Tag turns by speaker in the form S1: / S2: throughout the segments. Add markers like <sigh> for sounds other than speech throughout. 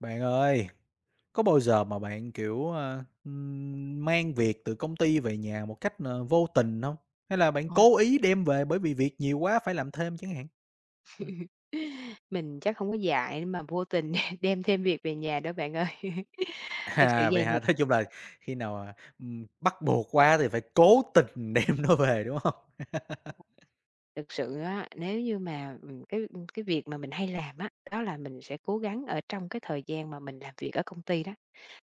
S1: Bạn ơi, có bao giờ mà bạn, kiểu, mang việc từ công ty về nhà một cách, vô tình không? Hay là bạn cố ý đem về bởi vì việc nhiều quá phải làm thêm chẳng hạn? Ừm.
S2: <laughs> Mình chắc không có dạy mà vô tình <laughs> đem thêm việc về nhà đó bạn ơi. <laughs> Thực sự
S1: À, vậy
S2: vầy nè,
S1: hả? Nói chung là khi nào, bắt buộc quá thì phải cố tình <laughs> đem nó về, đúng không? <laughs>
S2: thực sự á, nếu như mà, cái việc mà mình hay làm á, đó là mình sẽ cố gắng ở trong cái thời gian mà mình làm việc ở công ty đó,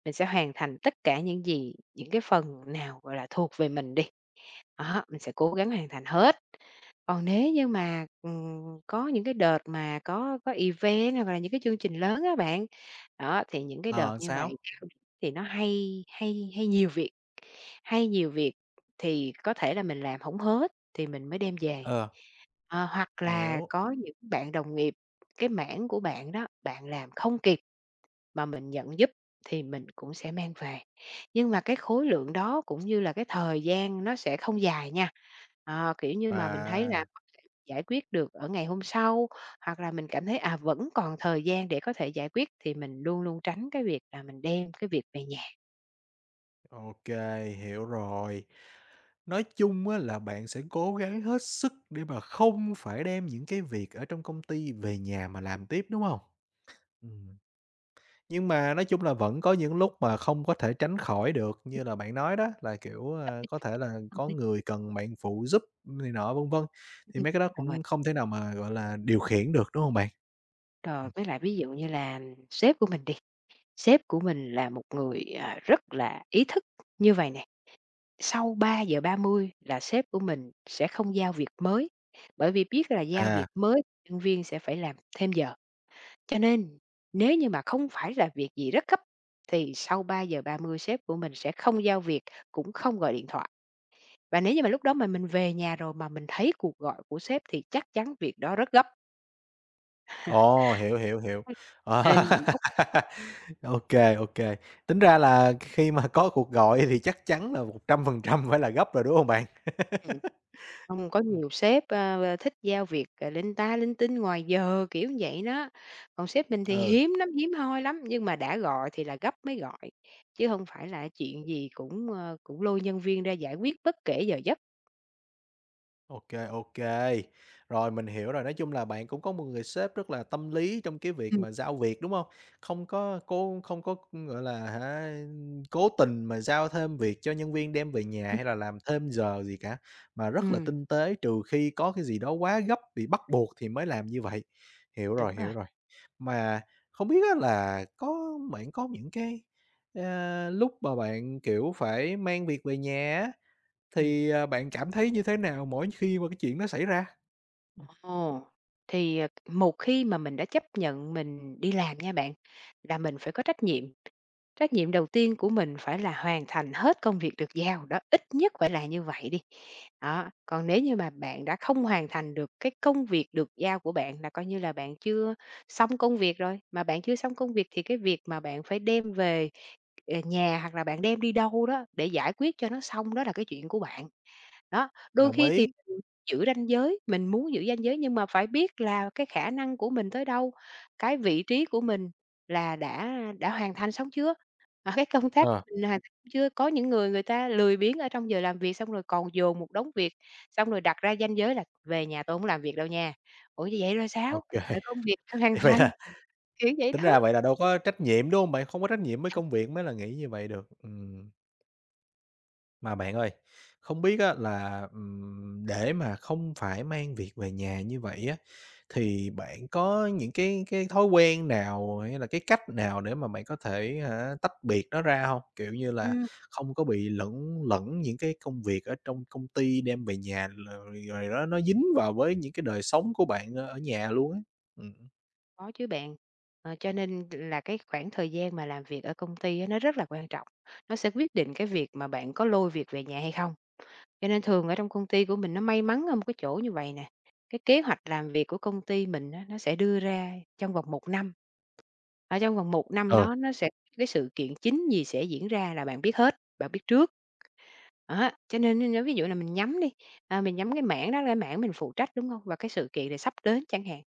S2: mình sẽ hoàn thành tất cả những gì những cái phần nào, gọi là, thuộc về mình đi, đó, mình sẽ cố gắng hoàn thành hết. Còn nếu như mà, có những cái đợt mà có event hoặc là những cái chương trình lớn á bạn, đó, thì những cái đợt
S1: Ờ,
S2: như
S1: sao?
S2: vậy thì nó hay hay hay nhiều việc thì có thể là mình làm hổng hết thì mình mới đem về.
S1: Ờ.
S2: Ờ, hoặc là
S1: Hiểu,
S2: có những bạn đồng nghiệp, cái mảng của bạn đó, bạn làm không kịp mà mình nhận giúp thì mình cũng sẽ mang về. Nhưng mà cái khối lượng đó cũng như là cái thời gian nó sẽ không dài nha. Ờ, kiểu như mà mình thấy là
S1: à.
S2: có thể giải quyết được ở ngày hôm sau, hoặc là mình cảm thấy, à, vẫn còn thời gian để có thể giải quyết thì mình luôn luôn tránh cái việc là mình đem cái việc về nhà.
S1: OK, hiểu rồi. Nói chung á là bạn sẽ cố gắng hết sức để mà không phải đem những cái việc ở trong công ty về nhà mà làm tiếp, đúng không? Ừm, nhưng mà nói chung là vẫn có những lúc mà không có thể tránh khỏi được, như là bạn nói đó, là, kiểu, có thể là
S2: Hợp.
S1: có người cần bạn phụ giúp này nọ, vân vân, thì mấy cái đó
S2: Đúng rồi,
S1: cũng không thể nào mà, gọi là, điều khiển được, đúng không bạn?
S2: rồi
S1: Ừm,
S2: với lại ví dụ như là sếp của mình đi, sếp của mình là một người, à, rất là ý thức như vậy nè. Sau ba ba giờ ba mươi là sếp của mình sẽ không giao việc mới, bởi vì biết là giao việc
S1: à.
S2: mới nhân viên sẽ phải làm thêm giờ. Cho nên nếu như mà không phải là việc gì rất gấp thì sau ba ba giờ ba mươi sếp của mình sẽ không giao việc, cũng không gọi điện thoại. Và nếu như mà lúc đó mà mình về nhà rồi mà mình thấy cuộc gọi của sếp thì chắc chắn việc đó rất gấp.
S1: Ồ, hiểu, hiểu, hiểu. À.
S2: Nên.
S1: <laughs> Ok kê. Tính ra là khi mà có cuộc gọi thì chắc chắn là 100% phải là gấp rồi, đúng không bạn?
S2: Ừm. Hông, có nhiều sếp, thích giao việc, linh ta linh tinh ngoài giờ, kiểu vậy đó. Còn sếp mình thì
S1: <laughs> Ừ.
S2: hiếm lắm, hiếm hoi lắm, nhưng mà đã gọi thì là gấp mới gọi, chứ không phải là chuyện gì cũng, cũng lôi nhân viên ra giải quyết bất kể giờ giấc.
S1: OK, OK. Rồi, mình hiểu rồi, nói chung là bạn cũng có một người sếp rất là tâm lý trong cái việc
S2: Ừm,
S1: mà giao việc, đúng không? Không có cố không có, gọi là, hả, cố tình mà giao thêm việc cho nhân viên đem về nhà
S2: đúng.
S1: hay là làm thêm giờ gì cả, mà rất là
S2: Ừm,
S1: tinh tế, trừ khi có cái gì đó quá gấp bị bắt buộc thì mới làm như vậy. Hiểu
S2: đúng
S1: rồi,
S2: rồi,
S1: hiểu rồi. Mà không biết á là có bạn có những cái, lúc mà bạn, kiểu, phải mang việc về nhà á,
S2: ừm.
S1: thì, bạn cảm thấy như thế nào mỗi khi mà cái chuyện nó xảy ra?
S2: Ồ, thì, một khi mà mình đã chấp nhận mình đi làm nha bạn, là mình phải có trách nhiệm. Trách nhiệm đầu tiên của mình phải là hoàn thành hết công việc được giao, đó, ít nhất phải là như vậy đi. Đó, còn nếu như mà bạn đã không hoàn thành được cái công việc được giao của bạn là coi như là bạn chưa xong công việc rồi, mà bạn chưa xong công việc thì cái việc mà bạn phải đem về, ờ, nhà hoặc là bạn đem đi đâu đó để giải quyết cho nó xong đó là cái chuyện của bạn. Đó, đôi
S1: Đồng
S2: khi thì
S1: ý.
S2: mình giữ ranh giới, mình muốn giữ ranh giới nhưng mà phải biết là cái khả năng của mình tới đâu, cái vị trí của mình là đã hoàn thành xong chưa, à, cái công tác
S1: Ờ,
S2: mình hoàn thành xong chưa. Có những người người ta lười biếng ở trong giờ làm việc xong rồi còn dồn một đống việc, xong rồi đặt ra ranh giới là "Về nhà tôi không làm việc đâu nha." Ủa, như vậy rồi
S1: ô
S2: sao?
S1: kê.
S2: Rồi
S1: <laughs>
S2: công việc <laughs> đã hoàn
S1: Vậy
S2: thành,
S1: là
S2: kiểu vậy
S1: tính ra
S2: đó.
S1: vậy là đâu có trách nhiệm, đúng hông bạn? Không có trách nhiệm với công việc mới là nghĩ như vậy được. Ừm. Mà bạn ơi, không biết á là, để mà không phải mang việc về nhà như vậy á, thì bạn có những cái thói quen nào hay là cái cách nào để mà bạn có thể hả, tách biệt nó ra không? Kiểu như là,
S2: Ừm.
S1: không có bị lẫn lẫn những cái công việc ở trong công ty đem về nhà rồi đó nó dính vào với những cái đời sống của bạn ở ở nhà luôn á. Ừm.
S2: Có chứ bạn. Ờ, cho nên là cái khoảng thời gian mà làm việc ở công ty á, nó rất là quan trọng. Nó sẽ quyết định cái việc mà bạn có lôi việc về nhà hay không. Cho nên thường ở trong công ty của mình nó may mắn ở một cái chỗ như vậy nè. Cái kế hoạch làm việc của công ty mình á, nó sẽ đưa ra trong vòng một năm. Ở trong vòng một năm
S1: Ờ,
S2: đó nó sẽ cái sự kiện chính gì sẽ diễn ra là bạn biết hết, bạn biết trước. Đó, cho nên nếu ví dụ là mình nhắm đi, à, mình nhắm cái mảng đó là cái mảng mình phụ trách đúng không? Và cái sự kiện này sắp đến chẳng hạn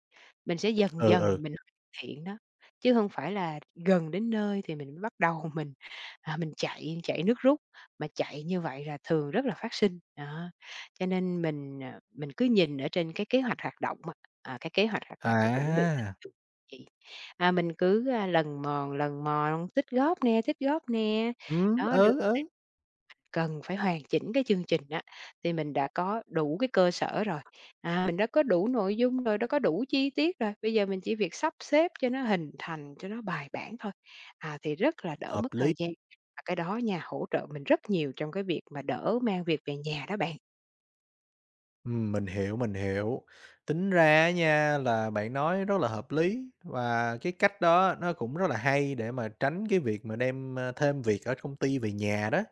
S2: mình sẽ dần
S1: ừ,
S2: dần
S1: ừ.
S2: mình hoàn thiện đó, chứ không phải là gần đến nơi thì mình mới bắt đầu <laughs> mình, à, mình chạy chạy nước rút, mà chạy như vậy là thường rất là phát sinh. Đó, cho nên mình, mình cứ nhìn ở trên cái kế hoạch hoạt động á, à, cái kế hoạch hoạt động để chuẩn bị
S1: À,
S2: gì. À, mình cứ, lần mòn, tích góp nè, đó.
S1: ừ, ừ,
S2: Cần phải hoàn chỉnh cái chương trình á, thì mình đã có đủ cái cơ sở rồi, à, mình đã có đủ nội dung rồi, đã có đủ chi tiết rồi, bây giờ mình chỉ việc sắp xếp cho nó hình thành, cho nó bài bản thôi, à, thì rất là đỡ
S1: hợp
S2: mất
S1: lý.
S2: thời gian. Và cái đó nhà hỗ trợ mình rất nhiều trong cái việc mà đỡ mang việc về nhà đó bạn.
S1: Mình hiểu, mình hiểu. Tính ra á nha là bạn nói rất là hợp lý và cái cách đó nó cũng rất là hay để mà tránh cái việc mà đem, thêm việc ở công ty về nhà đó.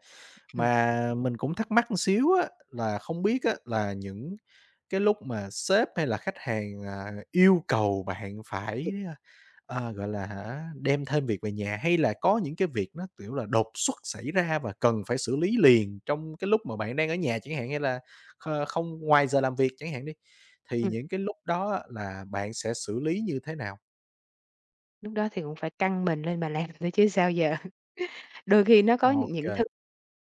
S2: Ừm,
S1: Mà mình cũng thắc mắc một xíu á, là không biết á, là những cái lúc mà sếp hay là khách hàng, yêu cầu bạn phải, gọi là hả, đem thêm việc về nhà hay là có những cái việc nó, kiểu là, đột xuất xảy ra và cần phải xử lý liền trong cái lúc mà bạn đang ở nhà chẳng hạn, hay là không ngoài giờ làm việc chẳng hạn đi, thì
S2: ừm,
S1: những cái lúc đó á, là bạn sẽ xử lý như thế nào?
S2: lúc đó thì cũng phải căng mình lên mà làm nữa chứ sao giờ. <laughs> Đôi khi nó có những
S1: OK.
S2: thứ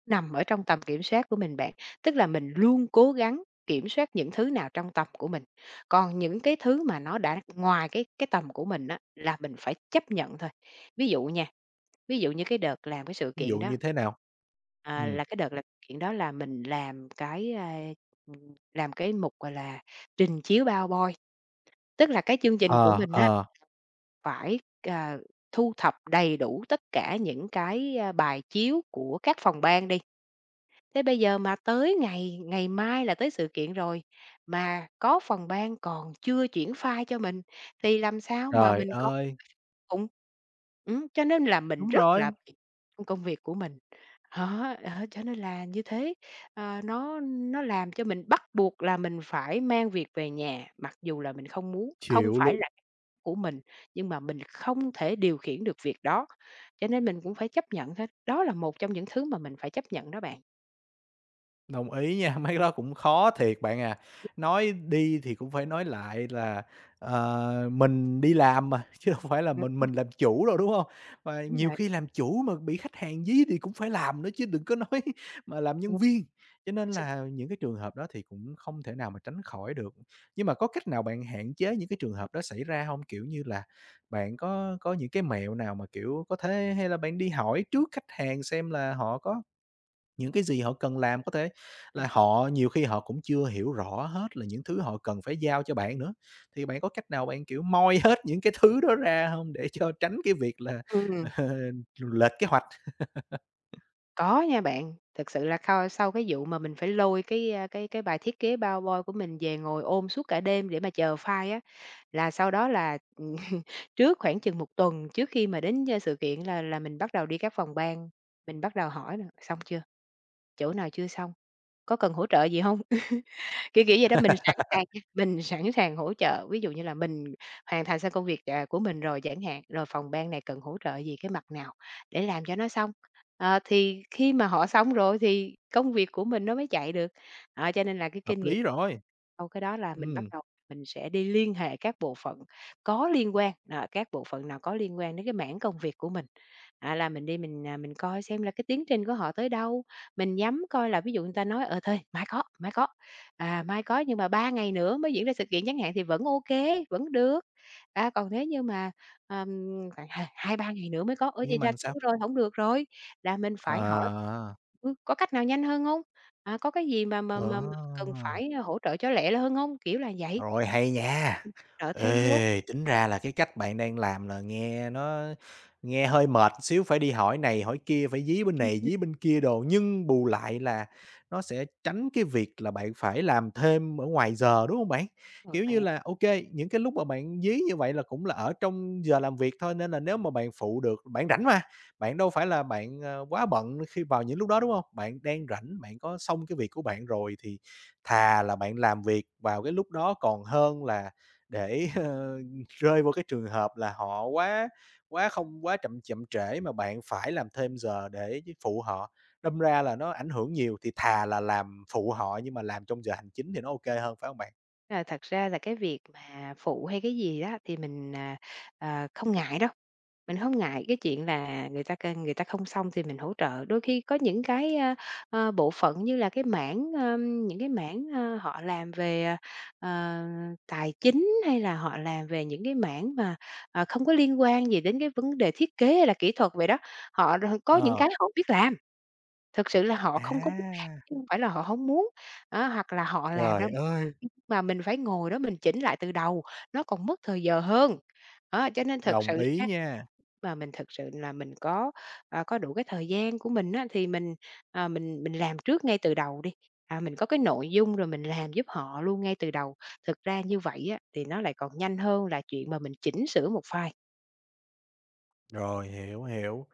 S2: nằm ở trong tầm kiểm soát của mình bạn, tức là mình luôn cố gắng kiểm soát những thứ nào trong tầm của mình. Còn những cái thứ mà nó đã ngoài cái tầm của mình á, là mình phải chấp nhận thôi. Ví dụ nha, ví dụ như cái đợt làm cái sự
S1: Ví
S2: kiện
S1: dụ
S2: đó,
S1: như thế nào?
S2: à,
S1: Ừ.
S2: là cái đợt làm kiện đó là mình làm cái, làm cái mục, gọi là, trình chiếu PowerPoint, tức là cái chương trình của
S1: Ờ,
S2: mình á,
S1: ờ,
S2: phải, ờ, thu thập đầy đủ tất cả những cái, bài chiếu của các phòng ban đi. Thế bây giờ mà tới ngày ngày mai là tới sự kiện rồi, mà có phòng ban còn chưa chuyển file cho mình, thì làm sao mà
S1: trời
S2: mình có
S1: ơi,
S2: cũng cho nên là mình
S1: đúng
S2: rất là
S1: rồi.
S2: bận trong công việc của mình. Đó, đó, cho nên là như thế, ờ, nó làm cho mình bắt buộc là mình phải mang việc về nhà, mặc dù là mình không muốn, không
S1: Chịu
S2: phải
S1: luôn,
S2: là của mình, nhưng mà mình không thể điều khiển được việc đó, cho nên mình cũng phải chấp nhận thôi. Đó là một trong những thứ mà mình phải chấp nhận đó bạn.
S1: đồng ý nha, <laughs> mấy cái đó cũng khó thiệt bạn à. Nói đi thì cũng phải nói lại là, mình đi làm mà, <laughs> chứ đâu phải là mình
S2: Ừm,
S1: mình làm chủ đâu, đúng không? Và
S2: đúng
S1: nhiều
S2: rồi.
S1: khi làm chủ mà bị khách hàng dí thì cũng phải làm nữa chứ đừng có nói <laughs> mà làm nhân
S2: Ôi,
S1: viên. Cho nên
S2: sẽ.
S1: là những cái trường hợp đó thì cũng không thể nào mà tránh khỏi được. Nhưng mà có cách nào bạn hạn chế những cái trường hợp đó xảy ra không? Kiểu như là, bạn có những cái mẹo nào mà, kiểu, có thể hay là bạn đi hỏi trước khách hàng xem là họ có. Những cái gì họ cần làm có thể
S2: Ừm,
S1: là họ nhiều khi họ cũng chưa hiểu rõ hết là những thứ họ cần phải giao cho bạn nữa. Thì bạn có cách nào bạn, kiểu, moi <laughs> hết những cái thứ đó ra không để cho tránh cái việc là,
S2: ừm,
S1: <laughs> lệch kế hoạch?
S2: có nha bạn. Thực sự là khao sau cái vụ mà mình phải lôi cái, cái bài thiết kế PowerPoint của mình về ngồi ôm suốt cả đêm để mà chờ file á, là sau đó là, <laughs> trước khoảng chừng một tuần trước khi mà đến, a, sự kiện là mình bắt đầu đi các phòng ban, mình bắt đầu hỏi là "Xong chưa? Chỗ nào chưa xong? Có cần hỗ trợ gì không?" Kiểu, kiểu vậy đó, mình sẵn sàng nha, mình sẵn sàng hỗ trợ, ví dụ như là mình hoàn thành xong công việc, à, của mình rồi chẳng hạn, rồi phòng ban này cần hỗ trợ gì, cái mặt nào để làm cho nó xong. Ờ, thì khi mà họ xong rồi thì công việc của mình nó mới chạy được. Đó, cho nên là cái kinh
S1: Hợp
S2: nghiệm
S1: lý rồi,
S2: sau cái đó là mình bắt
S1: ừm,
S2: đầu mình sẽ đi liên hệ các bộ phận có liên quan, à, các bộ phận nào có liên quan đến cái mảng công việc của mình. À, là mình đi mình, à, mình coi xem là cái tiến trình của họ tới đâu, mình nhắm coi là ví dụ người ta nói, ờ, thôi mai có, mai có nhưng mà 3 ngày nữa mới diễn ra sự kiện chẳng hạn thì vẫn ok vẫn được. À, còn nếu như mà, ờm, khoảng hai ba ngày nữa mới có, ở vậy
S1: nhưng
S2: ra
S1: mà sao?
S2: thua rồi, không được rồi, là mình phải hỏi.
S1: À,
S2: Ừ, có cách nào nhanh hơn hông? À, có cái gì mà
S1: ờ.
S2: cần phải hỗ trợ cho lẹ hơn hông? Kiểu là vậy,
S1: Rồi, hay nha.
S2: trợ thêm vô.
S1: Ê, tính ra là cái cách bạn đang làm là nghe nó nghe hơi mệt xíu, phải đi hỏi này hỏi kia, phải dí bên này dí bên kia đồ, nhưng bù lại là nó sẽ tránh cái việc là bạn phải làm thêm ở ngoài giờ, đúng không bạn?
S2: Rồi
S1: Kiểu
S2: bạn.
S1: như là, ok những cái lúc mà bạn dí như vậy là cũng là ở trong giờ làm việc thôi, nên là nếu mà bạn phụ được bạn rảnh mà, bạn đâu phải là bạn, quá bận khi vào những lúc đó, đúng không? Bạn đang rảnh, bạn có xong cái việc của bạn rồi thì thà là bạn làm việc vào cái lúc đó còn hơn là để, <laughs> rơi vô cái trường hợp là họ quá quá không quá chậm chậm trễ mà bạn phải làm thêm giờ để phụ họ. Đâm ra là nó ảnh hưởng nhiều, thì thà là làm phụ họ nhưng mà làm trong giờ hành chính thì nó ok hơn, phải không bạn?
S2: Rồi, thật ra là cái việc mà phụ hay cái gì đó thì mình, à, không ngại đâu, mình không ngại cái chuyện là người ta không xong thì mình hỗ trợ. Đôi khi có những cái, bộ phận như là cái mảng, những cái mảng, họ làm về, ờ, tài chính hay là họ làm về những cái mảng mà, không có liên quan gì đến cái vấn đề thiết kế hay là kỹ thuật vậy đó, họ có những
S1: Ờ.
S2: cái họ hổng biết làm. Thực sự là họ không có muốn làm
S1: À,
S2: chứ hông phải là họ hổng muốn, á, hoặc là họ làm ra
S1: trời ơi,
S2: <unintelligible> mà mình phải ngồi đó mình chỉnh lại từ đầu, nó còn mất thời giờ hơn. Đó, cho nên thực sự
S1: đồng ý
S2: ra
S1: nha.
S2: mà mình thực sự là mình có, có đủ cái thời gian của mình á, thì mình, mình làm trước ngay từ đầu đi, mình có cái nội dung rồi mình làm giúp họ luôn ngay từ đầu. Thực ra như vậy á, thì nó lại còn nhanh hơn là chuyện mà mình chỉnh sửa một file.
S1: Rồi, hiểu, hiểu.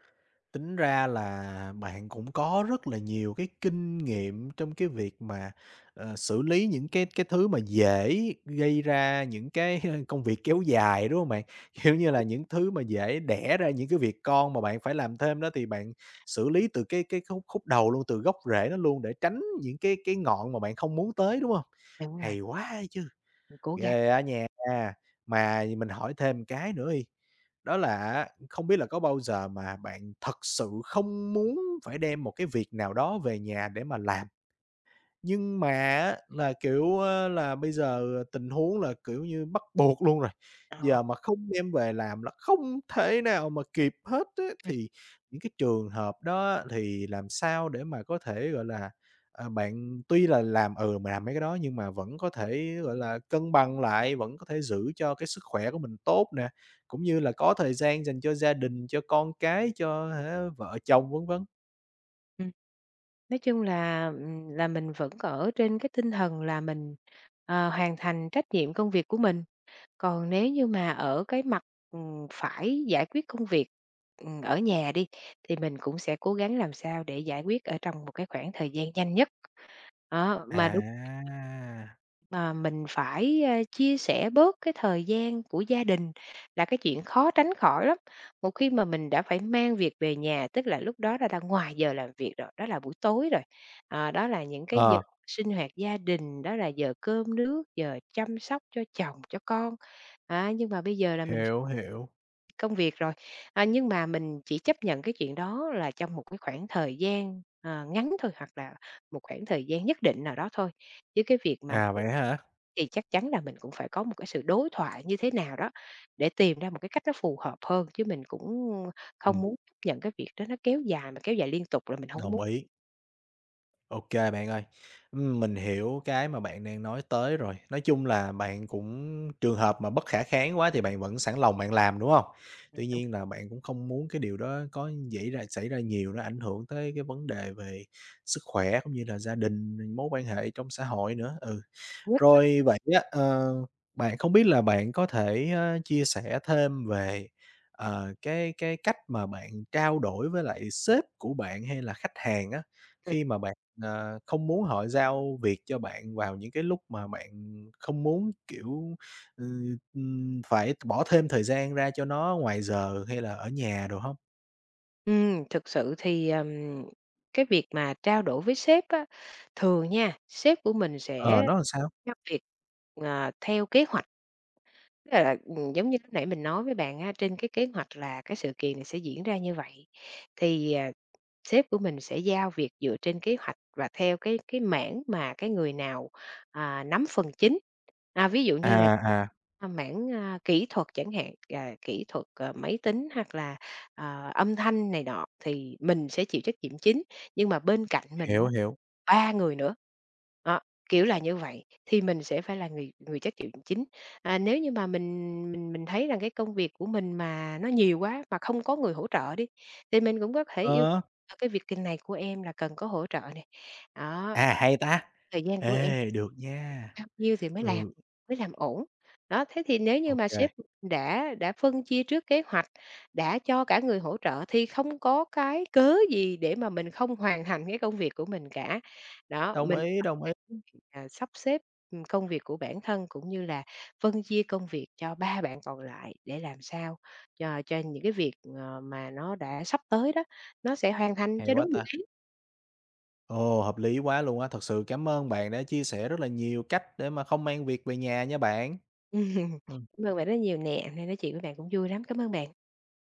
S1: Tính ra là bạn cũng có rất là nhiều cái kinh nghiệm trong cái việc mà, xử lý những cái thứ mà dễ gây ra những cái <laughs> công việc kéo dài, đúng không bạn? <laughs> Kiểu như là,
S2: <unintelligible>
S1: những thứ mà dễ đẻ ra những cái việc con mà bạn phải làm thêm đó thì bạn xử lý từ cái khúc khúc đầu luôn, từ gốc rễ nó luôn để tránh những cái ngọn mà bạn không muốn tới, đúng không?
S2: Đúng rồi,
S1: Hay quá chứ!
S2: mình cố gắng.
S1: Ghê á nha. Mà mình hỏi thêm cái nữa đi, đó là á, không biết là có bao giờ mà bạn thật sự không muốn phải đem một cái việc nào đó về nhà để mà làm nhưng mà á là, kiểu, là bây giờ tình huống là, kiểu như, bắt buộc luôn rồi,
S2: Ờ.
S1: giờ mà không đem về làm là không thể nào mà kịp hết á. Thì những cái trường hợp đó á thì làm sao để mà có thể, gọi là, bạn tuy là làm, ừ, mà làm mấy cái đó nhưng mà vẫn có thể, gọi là, cân bằng lại, vẫn có thể giữ cho cái sức khỏe của mình tốt nè, cũng như là có thời gian dành cho gia đình, cho con cái, cho hả, vợ chồng vân vân.
S2: Ừm. Nói chung là mình vẫn ở trên cái tinh thần là mình, hoàn thành trách nhiệm công việc của mình. Còn nếu như mà ở cái mặt, phải giải quyết công việc, ở nhà đi, thì mình cũng sẽ cố gắng làm sao để giải quyết ở trong một cái khoảng thời gian nhanh nhất. Đó, mà đúng
S1: À,
S2: mà mình phải, chia sẻ bớt cái thời gian của gia đình là cái chuyện khó tránh khỏi lắm. Một khi mà mình đã phải mang việc về nhà, tức là lúc đó là đang ngoài giờ làm việc rồi, đó là buổi tối rồi, đó là những cái giờ
S1: ờ,
S2: sinh hoạt gia đình, đó là giờ cơm nước, giờ chăm sóc cho chồng, cho con. À nhưng mà bây giờ là mình
S1: hiểu, hiểu.
S2: công việc rồi, nhưng mà mình chỉ chấp nhận cái chuyện đó là trong một cái khoảng thời gian, ngắn thôi, hoặc là một khoảng thời gian nhất định nào đó thôi. Chứ cái việc mà
S1: À, vậy hả?
S2: thì chắc chắn là mình cũng phải có một cái sự đối thoại như thế nào đó để tìm ra một cái cách nó phù hợp hơn, chứ mình cũng không
S1: Ừm,
S2: muốn chấp nhận cái việc đó nó kéo dài, mà kéo dài liên tục là mình không có muốn.
S1: đồng ý. Ok bạn ơi, mình hiểu cái mà bạn đang nói tới rồi. Nói chung là bạn cũng trường hợp mà bất khả kháng quá thì bạn vẫn sẵn lòng bạn làm, đúng không? Tuy nhiên là bạn cũng không muốn cái điều đó có dxảy ra xảy ra nhiều, nó ảnh hưởng tới cái vấn đề về sức khỏe cũng như là gia đình, mối quan hệ trong xã hội nữa. Ừ.
S2: Ừ.
S1: Rồi vậy á, bạn không biết là bạn có thể, chia sẻ thêm về, cái cách mà bạn trao đổi với lại sếp của bạn hay là khách hàng á, khi mà bạn, không muốn họ giao việc cho bạn vào những cái lúc mà bạn không muốn, kiểu, phải bỏ thêm thời gian ra cho nó ngoài giờ hay là ở nhà đồ không?
S2: Thực sự thì, cái việc mà trao đổi với sếp á, thường nha, sếp của mình
S1: Ờ,
S2: sẽ
S1: nó làm sao?
S2: giao việc, theo kế hoạch. Tức là, giống như lúc nãy mình nói với bạn á, trên cái kế hoạch là cái sự kiện này sẽ diễn ra như vậy, thì, sếp của mình sẽ giao việc dựa trên kế hoạch và theo cái mảng mà cái người nào, nắm phần chính. À, ví dụ như là,
S1: À, à,
S2: mảng, kỹ thuật chẳng hạn, kỹ thuật, máy tính hoặc là ờ, âm thanh này nọ thì mình sẽ chịu trách nhiệm chính, nhưng mà bên cạnh mình á,
S1: hiểu, hiểu.
S2: 3 người nữa. Đó, kiểu là như vậy, thì mình sẽ phải là người người trách nhiệm chính. À, nếu như mà mình thấy rằng cái công việc của mình mà nó nhiều quá, mà không có người hỗ trợ đi, thì mình cũng có thể yêu
S1: Ờ,
S2: cầu cái việc kinh này của em là cần có hỗ trợ này. Đó,
S1: à, hay ta!
S2: thời gian của em
S1: Ê, được nha.
S2: bao nhiêu thì
S1: Ừ,
S2: mới làm ổn. Đó, thế thì nếu như mà sếp
S1: OK.
S2: đã phân chia trước kế hoạch, đã cho cả người hỗ trợ thì không có cái cớ gì để mà mình không hoàn thành cái công việc của mình cả. Đó,
S1: Đồng
S2: mình
S1: ý, đồng ý.
S2: <unintelligible> sắp xếp, công việc của bản thân cũng như là phân chia công việc cho 3 bạn còn lại để làm sao cho những cái việc, mà nó đã sắp tới đó, nó sẽ hoàn thành
S1: Hay
S2: cho
S1: quá
S2: đúng dự
S1: ta!
S2: án.
S1: Ồ, hợp lý quá luôn á. Thật sự cảm ơn bạn đã chia sẻ rất là nhiều cách để mà không mang việc về nhà nha bạn.
S2: <laughs> Ừm,
S1: Ừm.
S2: cảm ơn bạn rất nhiều nè, hôm nay nói chuyện với bạn cũng vui lắm. Cảm ơn bạn.